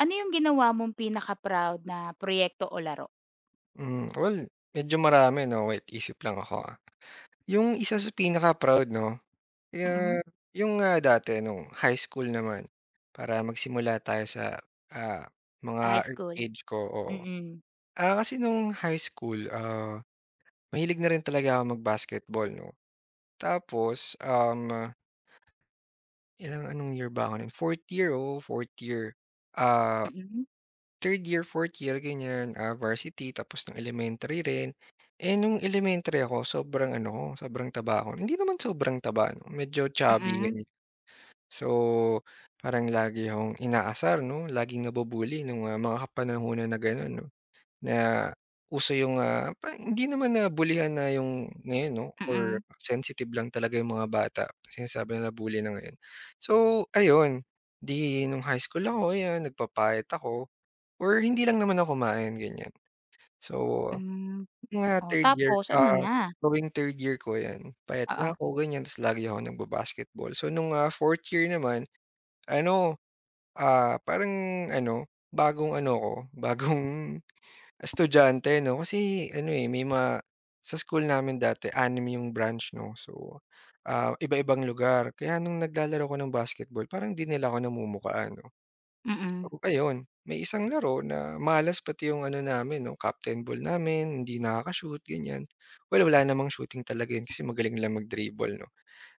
Ano yung ginawa mong pinaka-proud na proyekto o laro? Hmm, well, medyo marami, 'no, wait isip lang ako. Yung isa sa pinaka-proud 'no, Mm, kaya yung, dati nung high school naman, para magsimula tayo sa, ah, sa mga high early school? age ko, oo. Mm, Kasi nung high school, mahilig na rin talaga ako mag-basketball 'no. Tapos, ilang anong year ba ako nun, 4 year, oh fourth year. Ah mm, Third year, fourth year ganyan, varsity tapos ng elementary rin. Eh, nung elementary ako sobrang ano ko, sobrang taba ako. Hindi naman sobrang taba 'no, medyo chubby mm, ganyan. So, parang lagi akong inaasar 'no, laging nabu-bully nung, mga kapanahunan na gano'n 'no, na uso yung, pa hindi naman na bulihan na yung ngayon 'no or mm, sensitive lang talaga yung mga bata, sinasabi nila bully na ngayon. So ayun, 'di nung high school ako ayan nagpapayat ako. Or hindi lang naman ako kumain, ganyan. So, hmm. mga Oh, third year, tapos ano na? going third year ko 'yan, payat na Oo, ako, ganyan, ta's lagi akong nagba-basketball. So nung, fourth year naman ano, parang ano, bagong ano ko, bagong estudyante 'no, kasi ano, eh, may mga sa school namin dati anim yung branch 'no, so, iba-ibang lugar. Kaya nung naglalaro ko ng basketball parang 'di nila ako namumukhaan. mm, So ayun, may isang laro na malas pati yung ano namin 'no, captain ball namin, hindi nakaka-shoot ganyan. Well, wala namang shooting talaga yun kasi magaling lang mag-dribble 'no.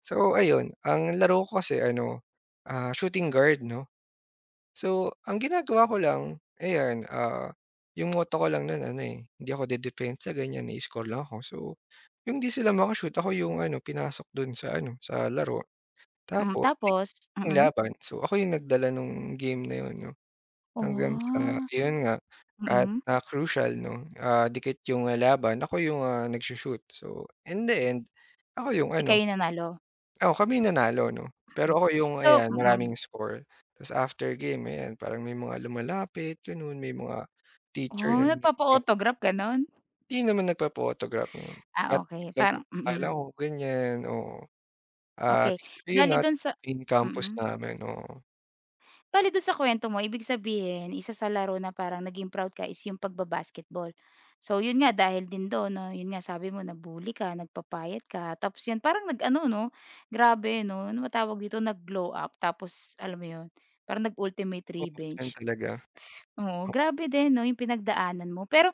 So ayun, ang laro ko kasi ano, shooting guard 'no. So ang ginagawa ko lang ayan, yung motto ko lang nun ano, eh, hindi ako dedepensa ganyan, i-score lang ako. So yung 'di sila maka-shoot ako yung ano, pinasok dun sa ano, sa laro. hmm, Tapos tapos? yung Mm. laban, so ako yung nagdala nung game na yun 'no. Hanggang sa Oh, ayun nga, kahit mm, na crucial 'no, dikit yung, laban ako yung, nagsu-shoot. So, in the end, ako yung ikaw ano yung nanalo? oo, kami yung nanalo 'no. Pero Hmm. ako yung So ayan, mm. maraming score. Tapos after game ayan, parang may mga lumalapit gano'n, may mga teacher Oh, na nagpapa-autograph gano'n? hindi naman nagpa-photograph 'no. Ah, okey Tinatanong lang parang yung pangalan mm, ko ganyan, oo. Okey. Teacher yun Bale at dun sa in campus mm. namin, oo. Bale dun sa kuwento mo ibig sabihin isa sa laro na parang naging proud ka is yung pagba-basketball. So yun nga dahil din dun 'no, yun nga sabi mo na-bully ka, nagpapayat ka, tapos yun parang nag-ano 'no, grabe 'no, ano ba tawag dito, nag-glow up tapos alam mo yun, parang nag-ultimate Oo, revenge. ganun talaga. Oo, grabe din 'no, yung pinagdaanan mo. Pero,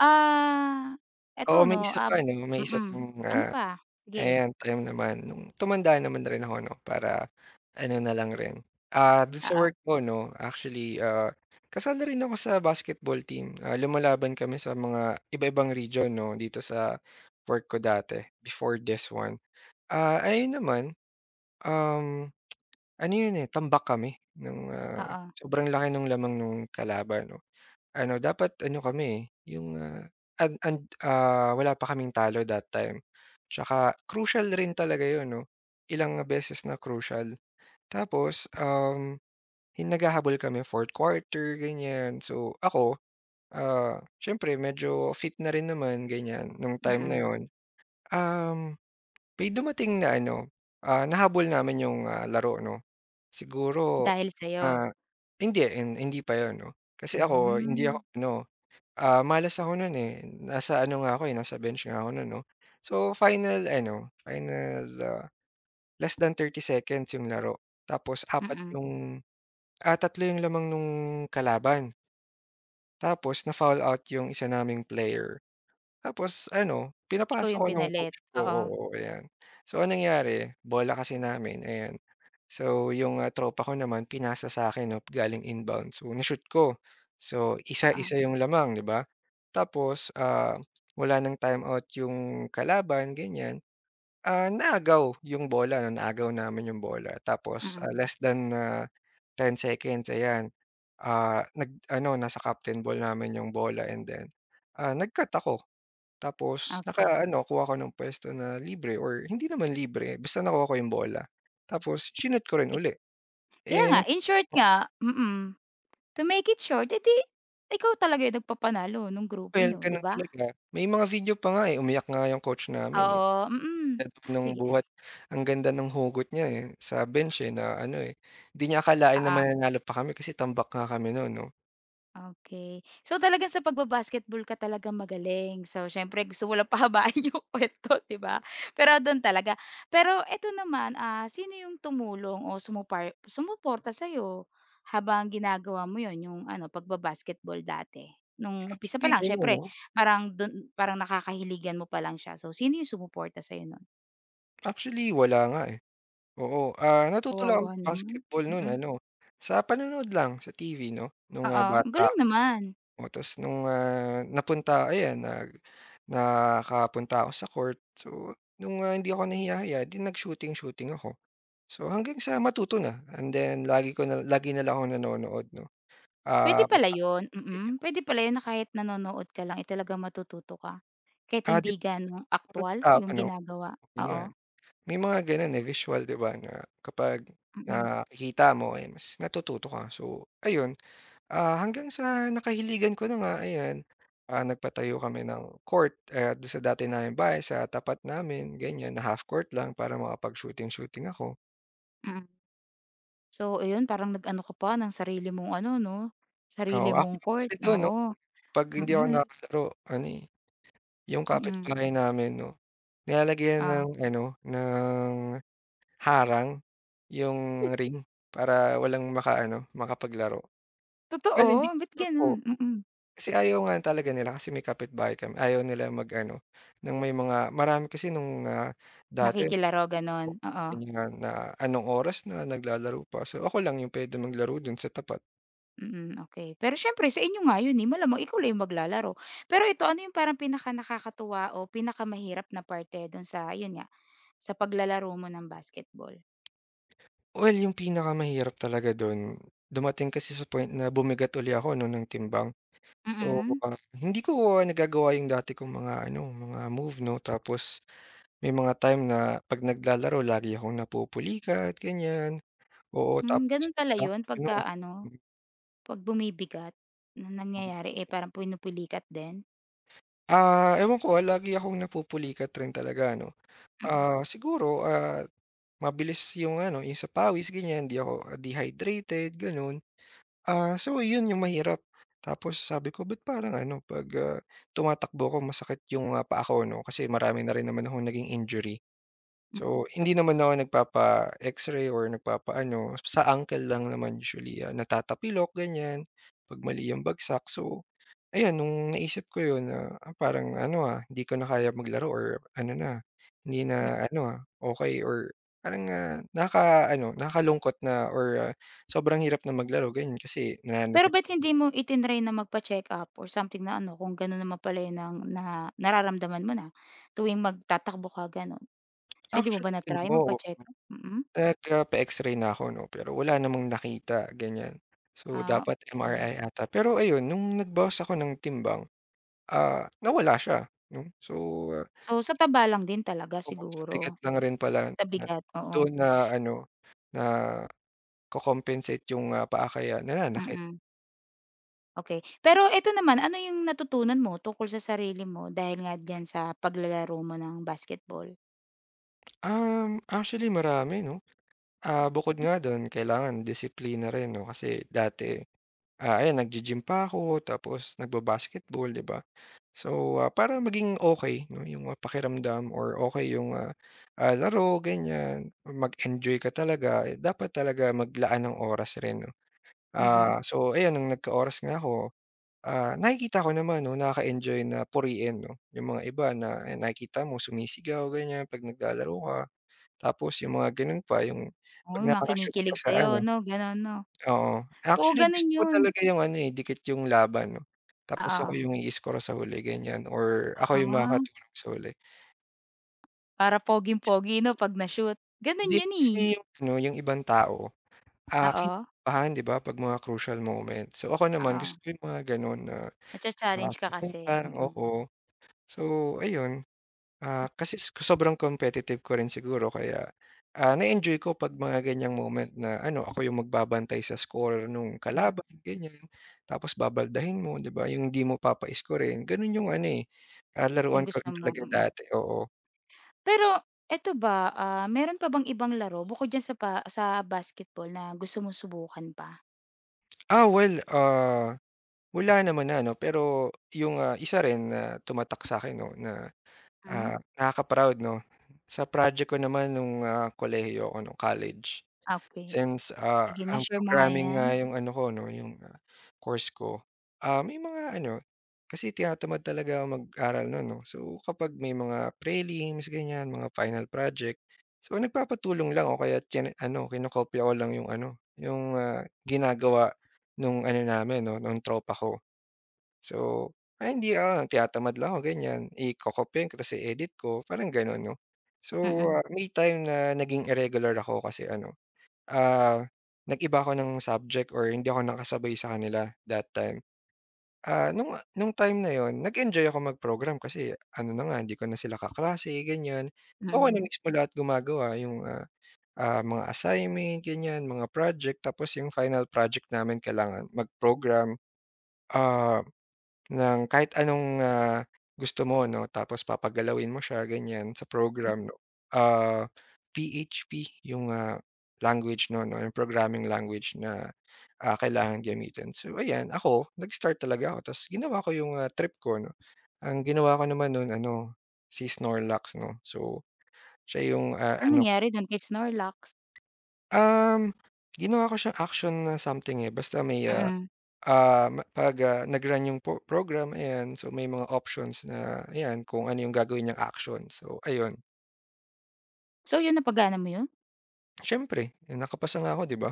ah, eto Oo, may 'no, isa pa 'no, may isa mm, pang, ano pa? Sige, eh, ang time naman nung tumanda naman na rin ako 'no, para ano na lang rin, dun sa oo, work ko 'no, actually, kasali rin ako sa basketball team. Lumalaban kami sa mga iba-ibang region 'no, dito sa work ko dati, before this one. Ayun naman, um, ano yun, eh, tambak kami nung, oo, sobrang laki nung lamang nung kalaban 'no. Ano, dapat ano kami, eh, yung, wala pa kaming talo that time. Tsaka crucial rin talaga yun 'no, ilang beses na crucial. Tapos, um, hin naghahabol kami fourth quarter, ganyan. So ako, siyempre medyo fit na rin naman ganyan nung time na mm. yon. Um, May dumating na ano, nahabol namin yung, laro 'no. Siguro, Dahil sa'yo? ah, hindi, hindi pa yon 'no. Kasi ako hindi ako Hmm, ano. Malas ako nun, eh, nasa ano nga ako, eh, nasa bench nga ako nun 'no. So final ano, final, less than 30 seconds yung laro tapos mm. 3 yung lamang nung kalaban tapos na-foul out yung isa naming player. Tapos ano, Ikaw pinapasa ko yung nung pinalit, coach ko, oo. oo, ayan. So anong nangyari, bola kasi namin, ayan. So yung, tropa ko naman pinasa sa'kin 'no, galing inbound. So na-shoot ko. So Oo, isa-isa yung lamang, 'di ba? Tapos, wala ng timeout yung kalaban, ganyan. Naagaw yung bola 'no, naagaw namin yung bola. Tapos, mm, less than, 10 seconds, ayan, nag ano, nasa captain ball namin yung bola and then, nag-cut ako. Tapos okey. naka-ano, kuha ako ng pwesto na libre or hindi naman libre, basta nakuha ko yung bola. Tapos shoot ko rin Ik uli, kaya eh, nga, in short o nga to make it short, eh, 'di ikaw talaga yung nagpapanalo nung grupo well, niyo, 'di ganun ba? talaga. May mga video pa nga, eh, umiyak nga yung coach namin, eh. Oo, mm. Sabi nung Sige, buhat. Ang ganda ng hugot niya, eh, sa bench, eh, na ano, eh, di niya akalain na oo. mananalo pa kami kasi tambak nga kami nun 'no. Okay, so, talagang sa pagbabasketball ka talaga magaling. So, siyempre gusto mo lang pahabain yung kuwento, 'di ba? Pero do'n talaga. Pero eto naman, sino yung tumulong o sumuporta sa'yo habang ginagawa mo 'yun, yung ano, pagbabasketball basketball dati? Nung umpisa pa Actually lang ano siyempre 'no, parang do'n parang nakakahiligan mo pa lang siya. So, sino yung sumuporta sa no'n? actually wala nga, eh, oo. Natuto lang ako Kawawa naman. mag-basketball nun Mm. ano, sa panonood lang sa TV 'no, nung, Oo, ang bata. galing naman. Oo, ta's nung, napunta ayan nakapunta ako sa court. So, nung, hindi ako nahiya-hiya 'di nag-shooting-shooting ako. So, hanggang sa matuto na and then lagi ko na lagi na lang akong nanonood 'no. Um, Puwede Ah, pala yun, mm. Puwede pala yun na kahit nanonood ka lang, eh, talagang matututo ka. Kahit ah, hindi depende gaano sa aktuwal tao yung 'no, ginagawa, oo. ganyan. May mga gano'n, eh, visual 'di ba na kapag Mm, nakikita mo, eh, mas natututo ka. So, ayun. Hanggang sa nakahiligan ko na nga, ayan, nagpatayo kami ng court, do'n sa dati naming bahay, sa tapat namin, ganyan, na half court lang para makapag-shooting-shooting ako. mm. So ayun, parang nag-ano ka pa ng sarili mong ano 'no, Oo, sarili ako mong pa court, kasi do'n, oo, oo. 'pag hindi ako Mm, nakakalaro ano, eh, yung mm, kapitbahay namin 'no, nilalagyan oh. ng ano, ng harang yung ring para walang makaano, makapaglaro. Well, hindi Totoo, ba't gano'n? ako. Mm. Kasi ayaw nga talaga nila kasi may kapitbahay kami, ayaw nila mag-ano, ng may mga marami kasi nung, dati Nakikilaro gano'n, oo. ganyan na anong oras na naglalaro pa. So, ako lang yung puwedeng maglaro dun sa tapat. Mm, okey. Pero siyempre sa inyo nga yun, eh, malamang ikaw lang yung maglalaro. Pero ito, ano yung parang pinaka nakakatuwa o pinakamahirap na parte dun sa yun nga sa paglalaro mo ng basketball? Well, yung pinakamahirap talaga dun, dumating kasi sa point na bumigat uli ako 'no ng timbang. So, Mm. Hindi ko nagagawa yung dati kong mga ano, mga move 'no. Tapos may mga time na 'pag naglalaro lagi akong napupulikat, ganyan. Oo, Hmm, tapos, ganun pala ah, yun pagka ano. ano, 'pag bumibigat na nangyayari, eh, parang pinupulikat din? Ewan ko, lagi akong napupulikat rin talaga ano. Mm, Siguro, mabilis yung ano, yung sa pawis ganyan, hindi ako dehydrated gano'n. So yun yung mahirap. Tapos sabi ko, but parang ano 'pag, tumatakbo ako masakit yung, paa ko 'no, kasi marami na rin naman akong naging injury. hmm. So hindi naman ako nagpapa-X-ray or nagpapaano, sa ankle lang naman usually, natatapilok ganyan, 'pag mali yung bagsak so. Ayan, nung naisip ko yun na, parang ano, hindi ko na kaya maglaro or ano na, hindi na ano, okay or parang, nakaka-ano, nakakalungkot na or, sobrang hirap na maglaro ganyan kasi Pero nananakit. ba't hindi mo itinry na magpa-check-up or something na ano, kung ganun naman pala yun ang na nararamdaman mo na tuwing magtatakbo ka gano'n? So, hindi mo Actually ba na-try ano, magpa-check-up? Mm. nagpa-X-ray na ako 'no, pero wala namang nakita ganyan. So, Ah, dapat okey. MRI ata, pero ayun nung nagbawas ako ng timbang, nawala siya 'no. So, So, sa taba lang din talaga oo, sa bigat siguro, lang rin pala sa na bigat, oo. doon na ano, na ko compensate yung, paa kaya nananakit? Mm. Okay. Pero eto naman, ano yung natutunan mo tungkol sa sarili mo dahil nga diyan sa paglalaro mo ng basketball? Actually marami 'no. Bukod nga don kailangan disiplina rin 'no, kasi dati, ayan naggi-gym pa ako tapos nagba-basketball 'di ba. So, para maging okey 'no yung, pakiramdam or okey yung, laro ganyan, mag-enjoy ka talaga, eh, dapat talaga maglaan ng oras rin 'no. Mm. So ayan nung nagka-oras nga ako. Nakikita ko naman 'no, nakaka-enjoy na puriin 'no, yung mga iba na ayan nakikita mo sumisigaw ganyan 'pag naglalaro ka. Tapos yung mga gano'n pa yung Oo, 'pag yung mga nakaka-shoot ka kinikilig sa sa'yo ano 'no, gano'n 'no? oo. Oo, Actually gano'n gusto ko yun. talaga yung ano, eh, dikit yung laban 'no. Tapos Oo. ako yung i-score sa huli ganyan or ako yung Ah, makakatulong sa huli. para poging-pogi 'no 'pag na-shoot. Hindi Gano'n yun, eh. kasi yung ano, yung ibang tao, Oo, kinakabahan 'di ba 'pag mga crucial moment. So ako naman oo. gusto ko yung mga gano'n na Nacha-challenge ka nakaka-focus kasi. lang, Mm, oo. So ayun. Kasi sobrang competitive ko rin siguro kaya, na-enjoy ko 'pag mga ganiyang moment na ano, ako yung magbabantay sa score nung mm. kalaban, ganiyan. Tapos babaldahin mo, 'di ba, yung hindi mo papaiskorin, gano'n yung ano, eh, Yung laruan ko gusto rin mo, talaga mm. dati, oo. Pero eto ba, meron pa bang ibang laro bukod diyan sa pa sa basketball na gusto mong subukan pa? Well, wala naman na 'no, pero yung, isa rin na tumatak sa'kin 'no na, Hmm, nakaka-proud 'no, sa project ko naman nung, kolehiyo ako nung college. okey. Since, Sige nga, ang share mo nga programming 'yan. nga yung ano ko 'no, yung, course ko, may mga ano kasi tinatamad talaga ako mag-aral no'n 'no. So, kapag may mga prelims ganyan, mga final project, so nagpapatulong lang o kaya tina ano kinokopya ko lang yung ano, yung, ginagawa nung ano namin 'no, nung tropa ko. So, ay hindi ako tinatamad lang ako ganyan, eh, kokopyahin ko ta's i-edit ko, parang gano'n 'no. So, Mm, may time na naging irregular ako kasi ano. Ah, Nag-iba ako ng subject or hindi ako nakasabay sa kanila that time. Ah, nung time na yon nag-enjoy ako mag-program kasi ano na nga hindi ko na sila kaklase ganyan. mm, So, ako na mm. mismo lahat gumagawa yung, mga assignment ganyan, mga project tapos yung final project namin kailangan mag-program. Ah ng kahit anong, gusto mo 'no, tapos papagalawin mo siya ganyan sa program 'no. Ah, PHP yung, language nun 'no, yung programming language na, kailangan gamitin. So ayan, ako nag-start talaga ako tapos ginawa ko yung, trip ko 'no. Ang ginawa ko naman nun ano, si Snorlax 'no. So siya yung, So, anong ano. nangyari dun kay Snorlax? um, Ginawa ko siyang action na something, eh, basta may, Mm. 'Pag, nag-run yung po program ayan, so may mga options na ayan kung ano yung gagawin niyang action. So ayun, So, yun napagana mo yun? siyempre eh, nakapasa nga ako 'di ba?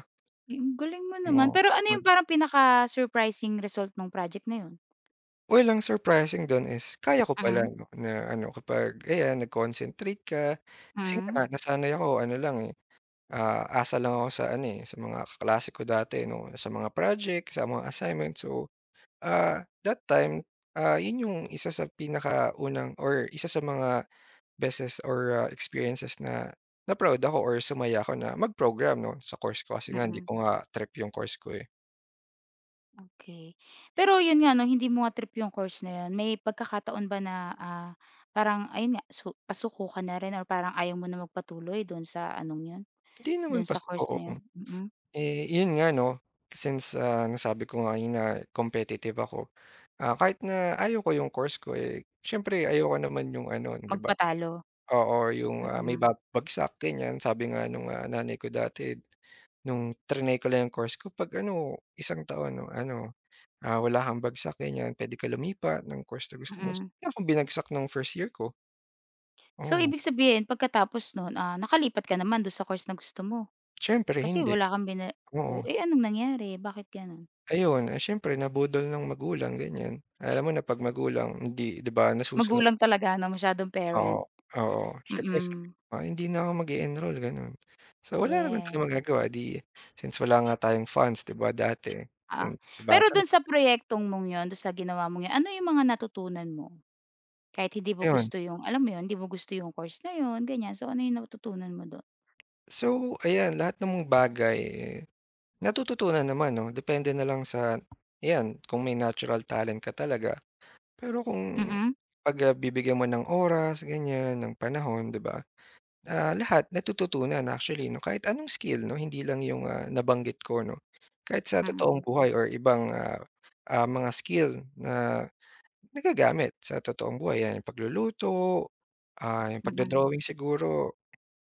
Ay, ang galing mo naman. Oo. Pero ano Mm. yung parang pinaka-surprising result nung project na yun? Well, ang surprising dun is kaya ko pala Mm, 'no na ano kapag ayan nag-concentrate ka. Kasi mm, nga nasanay ako ano lang, eh, asa lang ako sa ano, eh, sa mga kaklase ko dati 'no, sa mga project, sa mga assignment. So, that time, yun yung isa sa pinakaunang or isa sa mga beses or, experiences na na-proud ako or sumaya ako na mag-program 'no, sa course ko kasi nga hindi mm. ko nga trip yung course ko, eh. Okey. Pero yun nga 'no, hindi mo nga trip yung course na yun. May pagkakataon ba na, parang ayun nga, pasuko ka na rin or parang ayaw mo na magpatuloy dun sa anong yun, Hindi naman dun sa course oo, na yun? hmm. Mm, Eh, yun nga 'no, since, nasabi ko nga kanina competitive ako, kahit na ayaw ko yung course ko, eh, siyempre ayoko naman yung ano, 'di ba magpatalo? oo, yung, may Mm, bagsak ganyan. Sabi nga nung, nanay ko dati nung triny ko lang yung course ko, 'pag ano, isang taon 'no, ano. Wala kang bagsak ganyan, puwede ka lumipat ng course na gusto mo. So, mm. wala akong binagsak nung first year ko, So, oo. ibig sabihin pagkatapos nun, nakalipat ka naman dun sa course na gusto mo? Siyempre Kasi hindi, wala kang bina. oo. Oh, eh, anong nangyari, bakit gano'n? Ayun, eh, siyempre nabudol ng magulang ganyan. Alam mo na 'pag magulang hindi 'di ba nasusunod Magulang talaga ano, masyadong oo, parent. oo. Siyempre sabi Mm, ko pa, "Hindi na ako mag-e-enroll," gano'n. So, wala naman yes, tayong magagawa 'di since wala nga tayong funds 'di ba dati, oo. since Pero bata dun sa proyektong mong yun, dun sa ginawa mong yun, ano yung mga natutunan mo? Kahit hindi mo ayun. gusto yung alam mo yun, hindi mo gusto yung course na yun, ganyan. So, ano yung natutunan mo dun? So, ayan lahat ng mga bagay eh, natututunan naman 'no, depende na lang sa 'yan kung may natural talent ka talaga. Pero kung Mm, pag, bibigyan mo ng oras ganyan, ng panahon 'di ba, lahat natututunan actually 'no, kahit anong skill 'no, hindi lang yung, nabanggit ko 'no. Kahit sa totoong mm, buhay or ibang, mga skill na nagagamit sa totoong buhay, 'yan yung pagluluto, yung mm. pagdo-drawing siguro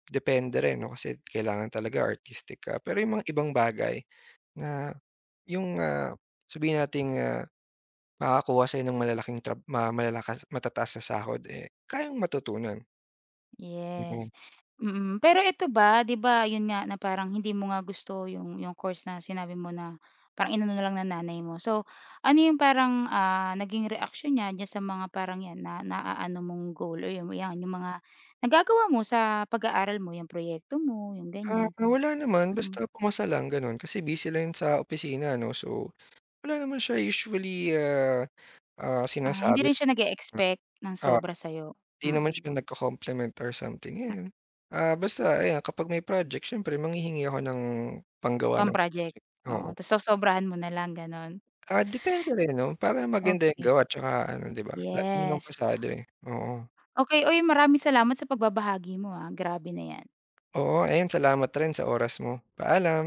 depende rin 'no, kasi kailangan talaga artistic ka. Pero yung mga ibang bagay na yung, sabihin nating, makakakuha sa'yo ng malalaking ma malalakas matataas na sahod, eh, kayang matutunan. Mm. Yes, mm. Pero ito ba, 'di ba, 'yun nga na parang hindi mo nga gusto 'yung course na sinabi mo na parang inano na lang ng nanay mo. So, ano 'yung parang, naging reaction niya diyan sa mga parang 'yan na naaano mong goal or 'yung 'yan 'yung mga nagagawa mo sa pag-aaral mo, 'yung proyekto mo, 'yung ganiyan, Wala naman mm. basta pumasa lang gano'n kasi busy lang sa opisina 'no, so wala naman siya usually, Ah, hindi sinasabi rin siya nag na expect ng ah, sobra sa'yo, 'di naman mm, siya nagko-compliment or something, ayan. Basta ayan kapag may project siyempre manghihingi ako ng panggawa ng pang-project, project, oo, oo. ta's sosobrahan mo na lang gano'n, Depende rin 'no, para maganda yung Okay. gawa 'tsaka ano 'di ba, lagi namang Yes. pasado, eh, oo. Okey, uy, maraming salamat sa pagbabahagi mo, grabe na 'yan. Oo, ayun salamat rin sa oras mo. Paalam.